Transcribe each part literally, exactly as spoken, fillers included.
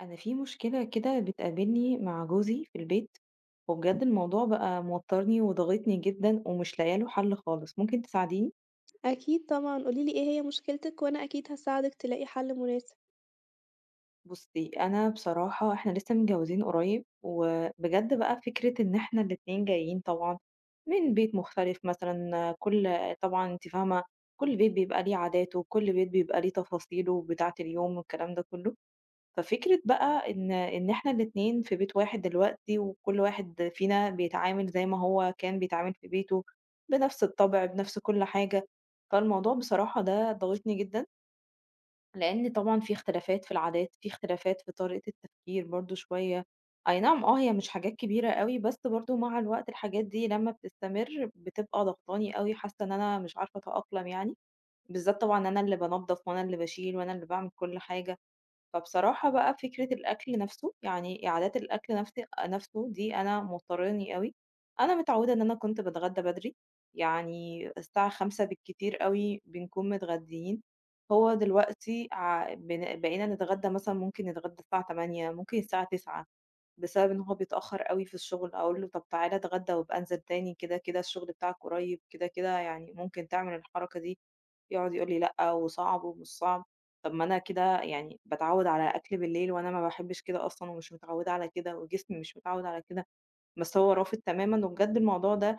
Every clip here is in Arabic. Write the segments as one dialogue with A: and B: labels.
A: أنا في مشكلة كده بتقابلني مع جوزي في البيت. وبجد الموضوع بقى موترني وضاغطني جدا ومش لاقيه له حل خالص، ممكن تساعديني؟
B: أكيد طبعًا، قولي لي إيه هي مشكلتِك وأنا أكيد هاساعدِك تلاقي حل مناسب.
A: بصي أنا بصراحة احنا لسه متجوزين قريب، وبجد بقى فكرة إن احنا الاتنين جايين طبعا من بيت مختلف، مثلا كل طبعا انت فاهمة، كل بيت بيبقى ليه عاداته وكل بيت بيبقى ليه تفاصيله بتاعة اليوم والكلام ده كله. ففكرة بقى إن إن إحنا الاتنين في بيت واحد دلوقتي، وكل واحد فينا بيتعامل زي ما هو كان بيتعامل في بيته، بنفس الطبع، بنفس كل حاجة، فالموضوع بصراحة ده ضاغطني جدًا، لإن طبعًا في اختلافات في العادات، في اختلافات في طريقة التفكير برضه شوية، أي نعم آه، هي مش حاجات كبيرة أوي، بس برضه مع الوقت الحاجات دي لمّا بتستمر بتبقى ضاغطاني أوي، حاسة إن أنا مش عارفة أتأقلم يعني، بالذات طبعًا أنا اللي بانضّف وأنا اللي باشيل وأنا اللي باعمل كل حاجة. فبصراحة بقى فكرة الأكل نَفْسه، يعني إعادات الأكل نَفْس نَفْسه دي أنا مضطراني أوي، أنا متعودة إن أنا كنت باتغدى بدري، يعني الساعة خمسة بالكتير أوي بنكون متغديين، هو دلوقتي ع بن بقينا نتغدى مثلًا، ممكن نتغدى الساعة ثمانية، ممكن الساعة تسعة، بسبب إن هو بيتأخر أوي في الشغل، أقول له: "طَب تعالَ اتغدى وابقى انزل تاني كده، كده الشغل بتاعك قريب، كده، كده يعني ممكن تعمل الحركة دي." يقعد يقول لي لأ وصعب ومش صعب، طب ما أنا كده يعني باتعوّد على أكل بالليل وأنا ما باحبش كده أصلًا ومش متعوّدة على كده وجسمي مش متعوّد على كده، بس هو رافض تمامًا وبجد الموضوع ده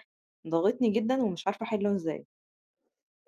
A: ضاغطني جدًا ومش عارفة أحلّه إزاي.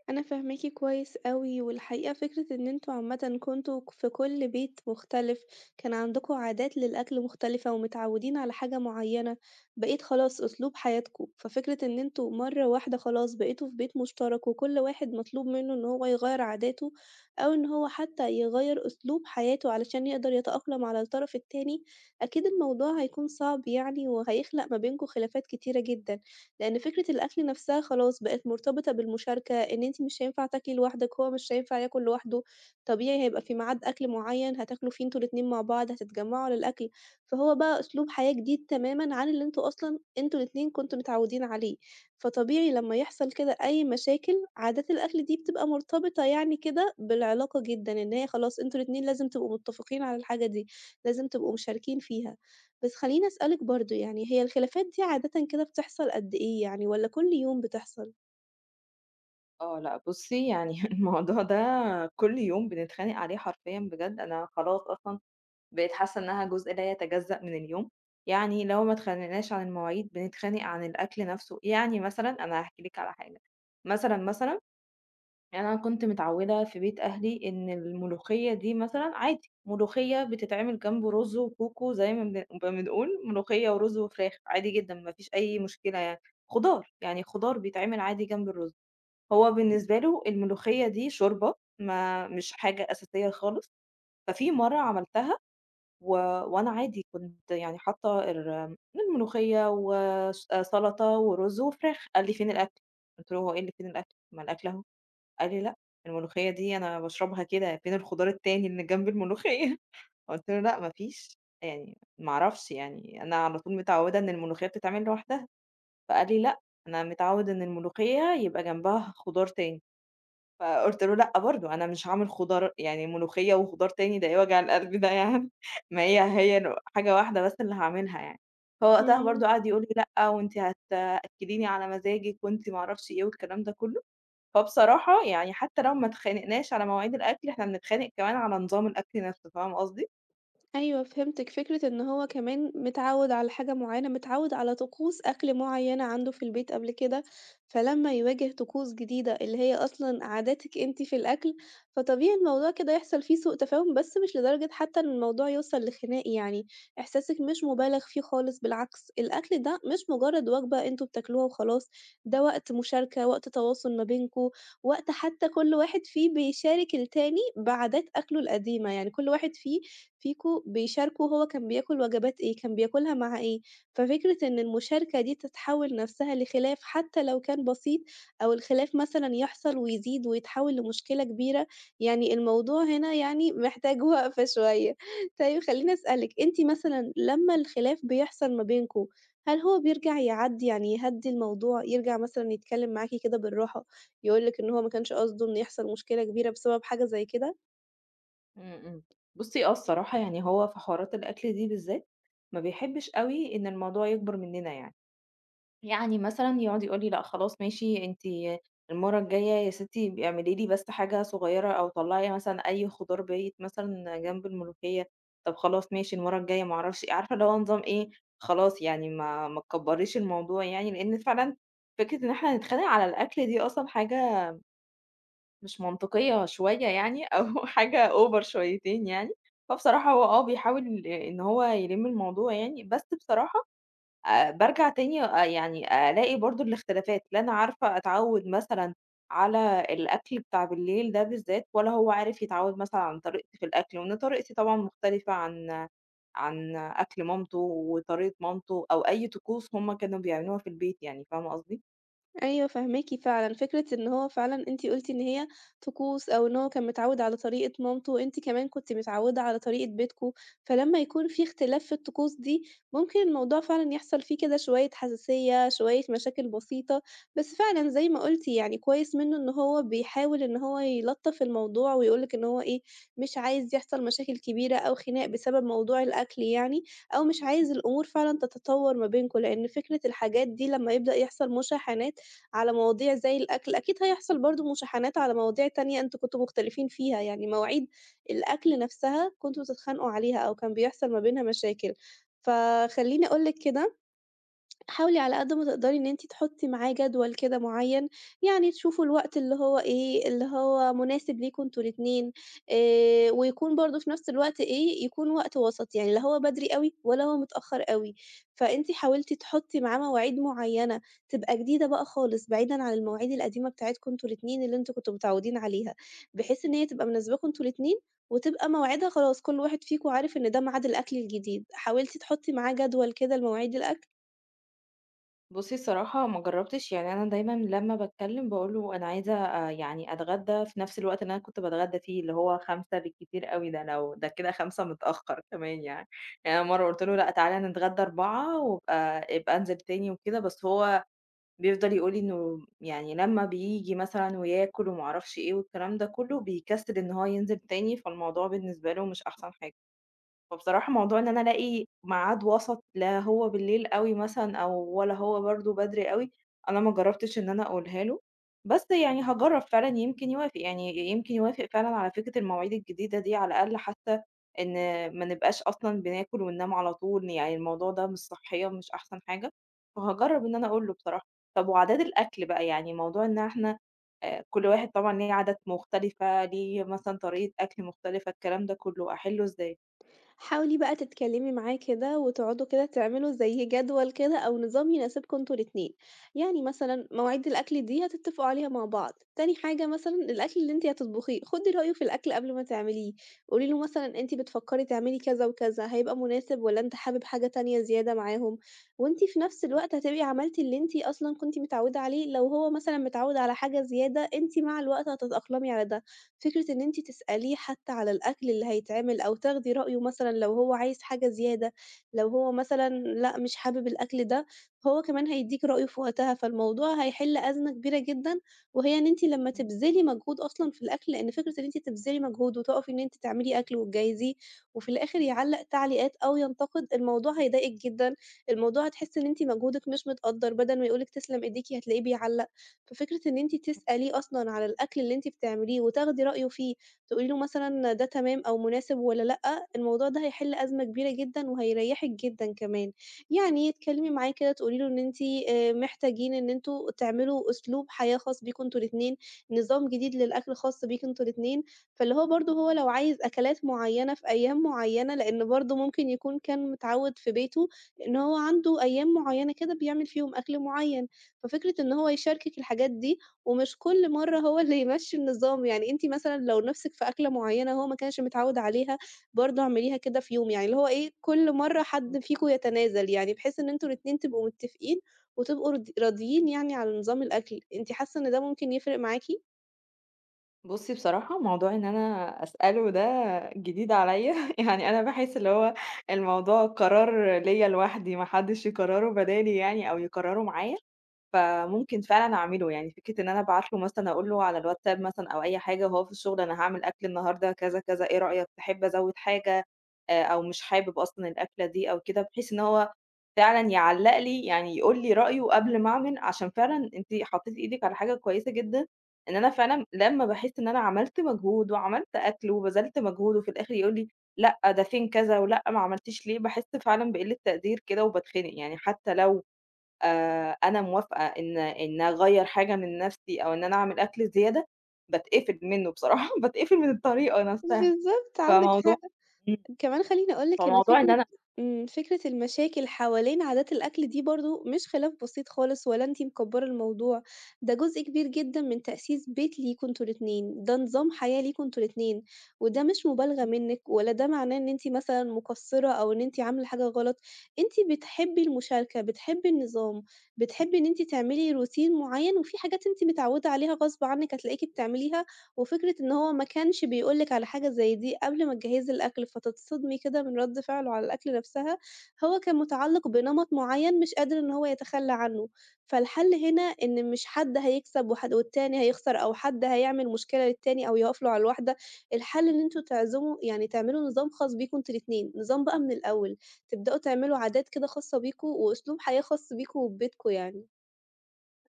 B: أنا فاهماكِ كويس أوي، والحقيقة فكرة إن أنتم عامةً كنتم في كل بيت مختلف، كان عندكم عادات للأكل مختلفة ومتعودين على حاجة معينة، بقِت خلاص أسلوب حياتكم، ففكرة إن أنتم مرة واحدة خلاص بقيتوا في بيت مشترك وكل واحد مطلوب منه إن هو يغيّر عاداته، أو إن هو حتى يغيّر أسلوب حياته علشان يقدر يتأقلم على الطرف التاني، أكيد الموضوع هيكون صعب يعني وهيخلق ما بينكم خلافات كتيرة جدًا. لأن فكرة الأكل نفسها خلاص بقت مرتبطة بالمشاركة، إن أنتِ مش هينفع تاكلي لوحدِك، هو مش هينفع ياكل لوحده، طبيعي هيبقى في ميعاد أكل معيّن هتاكلوا فيه أنتم الاتنين مع بعض، هتتجمعوا على الأكل، فهو بقى أسلوب حياة جديد تمامًا عن اللي أنتم أصلًا أنتم الاتنين كنتم متعودين عليه، فطبيعي لمّا يحصل كده أي مشاكل، عادات الأكل دي بتبقى مرتبطة يعني كده بالعلاقة جدًا، إن هي خلاص أنتم الاتنين لازم تبقوا متفقين على الحاجة دي، لازم تبقوا مشاركين فيها. بس خلّيني أسألِك برضه يعني هي الخلافات دي عادةً كده بتحصل قد إيه يعني والّا كل يوم بتحصل؟
A: آه لأ بُصّي، يعني الموضوع ده كل يوم بنتخانق عليه حرفيًا بجد، أنا خلاص أصلًا بقيت حاسة إنها جزء لا يتجزأ من اليوم، يعني لو ما اتخانقناش عن المواعيد بنتخانق عن الأكل نَفْسه، يعني مثلًا أنا هاحكي لِك على حاجة، مثلًا، مثلًا يعني أنا كنت متعودة في بيت أهلي إن الملوخية دي مثلًا عادي، ملوخية بتتعمل جنب رز وكوكو زي ما بن بنقول ملوخية ورز وفراخ عادي جدًا، ما فيش أي مشكلة يعني، خضار، يعني خضار بيتعمل عادي جنب الرز، هو بالنسبة له الملوخية دي شوربة، ما مش حاجة أساسية خالص، ففي مرة عملتها و وأنا عادي كنت يعني حاطة ال الملوخية وس سلطة ورز وفراخ، قال لي: "فين الأكل؟" قلت له: "هو إيه اللي فين الأكل؟ ما الأكل أهو." قال لي: "لأ، الملوخية دي أنا باشربها كده، فين الخضار التاني اللي جنب الملوخية؟" قُلت له: "لأ، ما فيش، يعني ما أعرفش يعني أنا على طول متعوّدة إن الملوخية بتتعمل لوحدها." فقال لي: "لأ، أنا متعوّد إن الملوخية يبقى جنبها خضار تاني." فقُلت له: "لأ، برضه أنا مش هاعمل خضار يعني ملوخية وخضار تاني، ده إيه وجع القلب ده يعني؟! ما هي هي ن حاجة واحدة بس اللي هاعملها يعني." فوقتها
B: إمم.
A: برضه قعد يقول لي: "لأ، وأنتِ هتأكّليني على مزاجِك وأنتِ ما أعرفش إيه." والكلام ده كلّه. فبصراحة يعني حتى لو ما اتخانقناش على مواعيد الأكل، إحنا بنتخانق كمان على نظام الأكل نفسه، فاهمة قصدي؟
B: أيوه فهمتِك، فكرة إن هو كمان متعوّد على حاجة معيّنة، متعوّد على طقوس أكل معيّنة عنده في البيت قبل كده، فلمّا يواجه طقوس جديدة اللي هي أصلًا عاداتِك أنتِ في الأكل، فطبيعي الموضوع كده يحصل فيه سوء تفاهم، بس مش لدرجة حتى إن الموضوع يوصل لخناق يعني، إحساسِك مش مُبالغ فيه خالص بالعكس، الأكل ده مش مجرد وجبة أنتم بتاكلوها وخلاص، ده وقت مشاركة، وقت تواصل ما بينكم، وقت حتى كل واحد فيه بيشارك التاني بعادات أكله القديمة، يعني كل واحد فيه فيكم بيشاركوا هو كان بياكل وجبات إيه، كان بياكلها مع إيه، ففكرة إن المشاركة دي تتحول نفسها لخلاف حتى لو كان بسيط، أو الخلاف مثلًا يحصل ويزيد ويتحول لمشكلة كبيرة، يعني الموضوع هنا يعني محتاج وقفة شوية. طيب خلّيني أسألِك، أنتِ مثلًا لمّا الخلاف بيحصل ما بينكم، هل هو بيرجع يعدّي يعني يهدّي الموضوع، يرجع مثلًا يتكلم معاكِ كده بالراحة، يقول لِك إن هو ما كانش قصده إن يحصل مشكلة كبيرة بسبب حاجة زي كده؟
A: إمم، إمم. بُصّي، آه الصراحة يعني هو في حوارات الأكل دي بالذات، ما بيحبش أوي إن الموضوع يكبر مننا يعني. يعني مثلًا يقعد يقول لي: "لأ خلاص ماشي أنتِ المرّة الجاية يا ستي ب اعملي لي بس حاجة صغيّرة أو طلّعي مثلًا أي خضار بايت مثلًا جنب الملوخية." طب خلاص ماشي المرّة الجاية ما أعرفش إيه. عارفة اللي هو نظام إيه، خلاص يعني ما ما تكبّريش الموضوع يعني، لإن فعلًا فكرة إن إحنا نتخانق على الأكل دي أصلًا حاجة مش منطقية شوية يعني أو حاجة over شويتين يعني، فبصراحة هو آه بيحاول إن هو يلِم الموضوع يعني، بس بصراحة آآ بارجع تاني آآ يعني ألاقي برضه الاختلافات، لا أنا عارفة أتعوّد مثلًا على الأكل بتاع بالليل ده بالذات، ولا هو عارف يتعوّد مثلًا عن طريقتي في الأكل، وإن طريقتي طبعًا مختلفة عن عن أكل مامته وطريقة مامته أو أي طقوس هم كانوا بيعملوها في البيت يعني، فاهمة قصدي؟
B: أيوه فاهماكِ فعلًا، فكرة إن هو فعلًا أنتِ قُلتِ إن هي طقوس أو إن هو كان متعوّد على طريقة مامته، وأنتِ كمان كنتِ متعوّدة على طريقة بيتكم، فلمّا يكون في اختلاف في الطقوس دي، ممكن الموضوع فعلًا يحصل فيه كده شوية حساسية، شوية مشاكل بسيطة، بس فعلًا زي ما قُلتِ يعني كويس منه إن هو بيحاول إن هو يلطّف الموضوع ويقول لِك إن هو إيه، مش عايز يحصل مشاكل كبيرة أو خناق بسبب موضوع الأكل يعني، أو مش عايز الأمور فعلًا تتطوّر ما بينكم، لإن فكرة الحاجات دي لمّا يبدأ يحصل مشاحنات على مواضيع زي الأكل، أكيد هيحصل برضه مشاحنات على مواضيع تانية أنتم كنتم مختلفين فيها، يعني مواعيد الأكل نفسها كنتم بتتخانقوا عليها أو كان بيحصل ما بينها مشاكل. فخلّيني أقول لِك كده حاولي على قد ما تقدري إن أنتِ تحطّي معاه جدول كده معيّن، يعني تشوفوا الوقت اللي هو إيه، اللي هو مناسب ليكم أنتم الاتنين، آآ ويكون برضه في نفس الوقت إيه، يكون وقت وسط، يعني لا هو بدري أوي ولا هو متأخّر أوي. فأنتِ حاولتِ تحطّي معاه مواعيد معيّنة تبقى جديدة بقى خالص بعيدًا عن المواعيد القديمة بتاعتكم أنتم الاتنين اللي أنتم كنتم متعوّدين عليها، بحيث إن هي تبقى مناسباكم أنتم الاتنين وتبقى مواعيدها خلاص كل واحد فيكم عارف إن ده ميعاد الأكل الجديد. حاولتِ تحطّي معاه جدول كده لمواعيد الأكل؟
A: بُصّي الصراحة ما جرّبتش، يعني أنا دايمًا لمّا باتكلّم باقول له أنا عايزة آآ يعني أتغدّى في نفس الوقت اللي أنا كنت باتغدّى فيه، اللي هو خمسة بالكتير أوي، ده لو ده كده خمسة متأخّر كمان يعني. يعني أنا مرّة قُلت له لأ تعالَ نتغدّى أربعة وابقى ابقى انزل تاني وكده، بس هو بيفضل يقول لي إنه يعني لمّا بييجي مثلًا وياكل وما أعرفش إيه والكلام ده كُلّه، بيكسّل إن هو ينزل تاني، فالموضوع بالنسبة له مش أحسن حاجة. فبصراحة موضوع إن أنا ألاقي ميعاد وسط، لا هو بالليل أوي مثلًا أو ولا هو برضه بدري أوي، أنا ما جرّبتش إن أنا أقولها له، بس يعني هاجرّب فعلًا يمكن يوافق، يعني يمكن يوافق فعلًا على فكرة المواعيد الجديدة دي، على الأقل حتى إن ما نبقاش أصلًا بناكل وننام على طول، يعني الموضوع ده مش صحيًا مش أحسن حاجة، فهاجرّب إن أنا أقول له بصراحة. طب وعادات الأكل بقى، يعني موضوع إن إحنا آآ كل واحد طبعًا ليه عادات مختلفة، ليه مثلًا طريقة أكل مختلفة، الكلام ده كُلّه أحِلّه إزاي؟
B: حاولي بقى تتكلمي معاه كده وتقعدوا كده تعملوا زي جدول كده أو نظام يناسبكوا انتوا الاتنين، يعني مثلًا مواعيد الأكل دي هتتفقوا عليها مع بعض، تاني حاجة مثلًا الأكل اللي أنتِ هتطبخيه خدي رأيه في الأكل قبل ما تعمليه، قولي له مثلًا أنتِ بتفكري تعملي كذا وكذا هيبقى مناسب والّا أنتِ حابب حاجة تانية زيادة معاهم، وأنتِ في نفس الوقت هتبقي عملتِ اللي أنتِ أصلًا كنتِ متعودة عليه، لو هو مثلًا متعود على حاجة زيادة أنتِ مع الوقت هتتأقلمي على ده. فكرة إن أنتِ تسأليه حتى على الأكل اللي هيتعمل أو تاخدي رأيه مثلًا لو هو عايز حاجة زيادة، لو هو مثلًا لأ مش حابب الأكل ده، هو كمان هيدّيكِ رأيه في وقتها، فالموضوع هيحل أزمة كبيرة جدًا، وهي إن أنتِ لمّا
A: إمم،
B: تبذلي مجهود أصلًا في الأكل لإن فكرة إن أنتِ تبذلي مجهود وتقفي إن أنتِ تعملي أكل وتجهّزيه، وفي الآخر يعلّق تعليقات أو ينتقد، الموضوع هيضايقِك جدًا، الموضوع هتحسّي إن أنتِ مجهودِك مش متقدّر، بدل ما يقول لِك تسلم إيديكِ هتلاقيه بيعلّق. ففكرة إن أنتِ تسأليه أصلًا على الأكل اللي أنتِ بتعمليه وتاخدي رأيه فيه، تقولي له مثلًا ده تمام أو مناسب والّا لأ، الموضوع ده هيحل أزمة كبيرة جدًا وهيريحِك جدًا كمان. يعني تكلمي معاه كده تقولي له إن أنتِ آآ محتاجين إن أنتم تعملوا أسلوب حياة خاص بيكم أنتم الاتنين، نظام جديد للأكل خاص بيكم أنتم الاتنين، فاللي هو برضه هو لو عايز أكلات معيّنة في أيام معيّنة، لإن برضه ممكن يكون كان متعوّد في بيته إن هو عنده أيام معيّنة كده بيعمل فيهم أكل معيّن. ففكرة إن هو يشاركِك الحاجات دي، ومش كل مرّة هو اللي يمشّي النظام، يعني أنتِ مثلًا لو نِفْسِك في أكلة معيّنة هو ما كانش متعوّد عليها، برضه اعمليها كده في يوم، يعني اللي هو إيه، كل مرّة
A: إمم.
B: حد فيكم يتنازل، يعني بحيث إن أنتم الاتنين تبقوا متّفقين وتبقوا رض راضيين يعني على نظام الأكل، أنتِ حاسة إن ده ممكن يفرق معاكِ؟
A: بُصّي بصراحة موضوع إن أنا أسأله ده جديد عليّا، يعني أنا باحس اللي هو الموضوع قرار ليّا لوحدي، ما حدش يقرّره بدالي يعني أو يقرّره معايا. فممكن فعلًا أعمله، يعني فكرة إن أنا أبعت له مثلًا أقول له على الواتساب مثلًا أو أي حاجة وهو في الشغل أنا هاعمل أكل النهارده كذا، كذا، إيه رأيك تحب أزوّد حاجة آآ أو مش حابب أصلًا الأكلة دي أو كده، بحيث إن هو فعلًا يعلّق لي، يعني يقول لي رأيه قبل ما أعمل، عشان فعلًا أنتِ حطيتِ إيدِك على حاجة كويسة جدًا، إن أنا فعلًا لمّا باحس إن أنا عملت مجهود وعملت أكل وبذلت مجهود وفي الآخر يقول لي لأ، ده فين كذا ولأ ما عملتيش ليه، باحس فعلًا بقِلّة تقدير كده وباتخنق، يعني حتى لو آآ أنا موافقة إن إن أغيّر حاجة من نَفْسي أو إن أنا أعمل أكل زيادة، باتقفل منّه بصراحة، باتقفل من الطريقة نَفْسها،
B: بالضبط، عندِك
A: فموضوع
B: حق.
A: إمم،
B: كمان خلّيني أقول لِك إن
A: فموضوع إن
B: فكرة
A: أنا
B: إمم، فكرة المشاكل حوالين عادات الأكل دي برضه مش خلاف بسيط خالص ولا أنتِ مكبّرة الموضوع، ده جزء كبير جدًا من تأسيس بيت ليكم أنتم الاتنين، ده نظام حياة ليكم أنتم الاتنين، وده مش مبالغة منِّك ولا ده معناه إن أنتِ مثلًا مقصّرة أو إن أنتِ عاملة حاجة غلط، أنتِ بتحبّي المشاركة، بتحبّي النظام، بتحبّي إن أنتِ تعملي روتين معيّن وفي حاجات أنتِ متعوّدة عليها غصب عنِّك هتلاقيكِ بتعمليها وفكرة إن هو ما كانش بيقول لِك على حاجة زي دي قبل ما تجهّزي الأكل، فتتصدمي كده من رَد فعله على الأكل نفسها، هو كان متعلق بنمط معيّن مش قادر إن هو يتخلى عنه، فالحل هنا إن مش حد هيكسب وحد والتاني هيخسر أو حد هيعمل مشكلة للتاني أو يقف له على الواحدة، الحل إن أنتم تعزموا يعني تعملوا نظام خاص بيكم أنتم الاتنين، نظام بقى من الأول، تبدأوا تعملوا عادات كده خاصة بيكم وأسلوب حياة خاص بيكم وببيتكم يعني.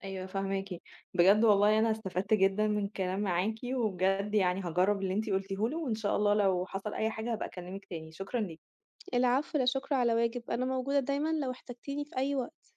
A: أيوه فاهماكِ، بجد والله أنا استفدت جدًا من الكلام معاكِ، وبجد يعني هاجرّب اللي أنتِ قُلتيه لي، وإن شاء الله لو حصل أي حاجة هابقى أكلمِك تاني، شكرًا ليكِ.
B: العفو، لا شكر على واجب، أنا موجودة دايمًا لو احتجتيني في أي وقت.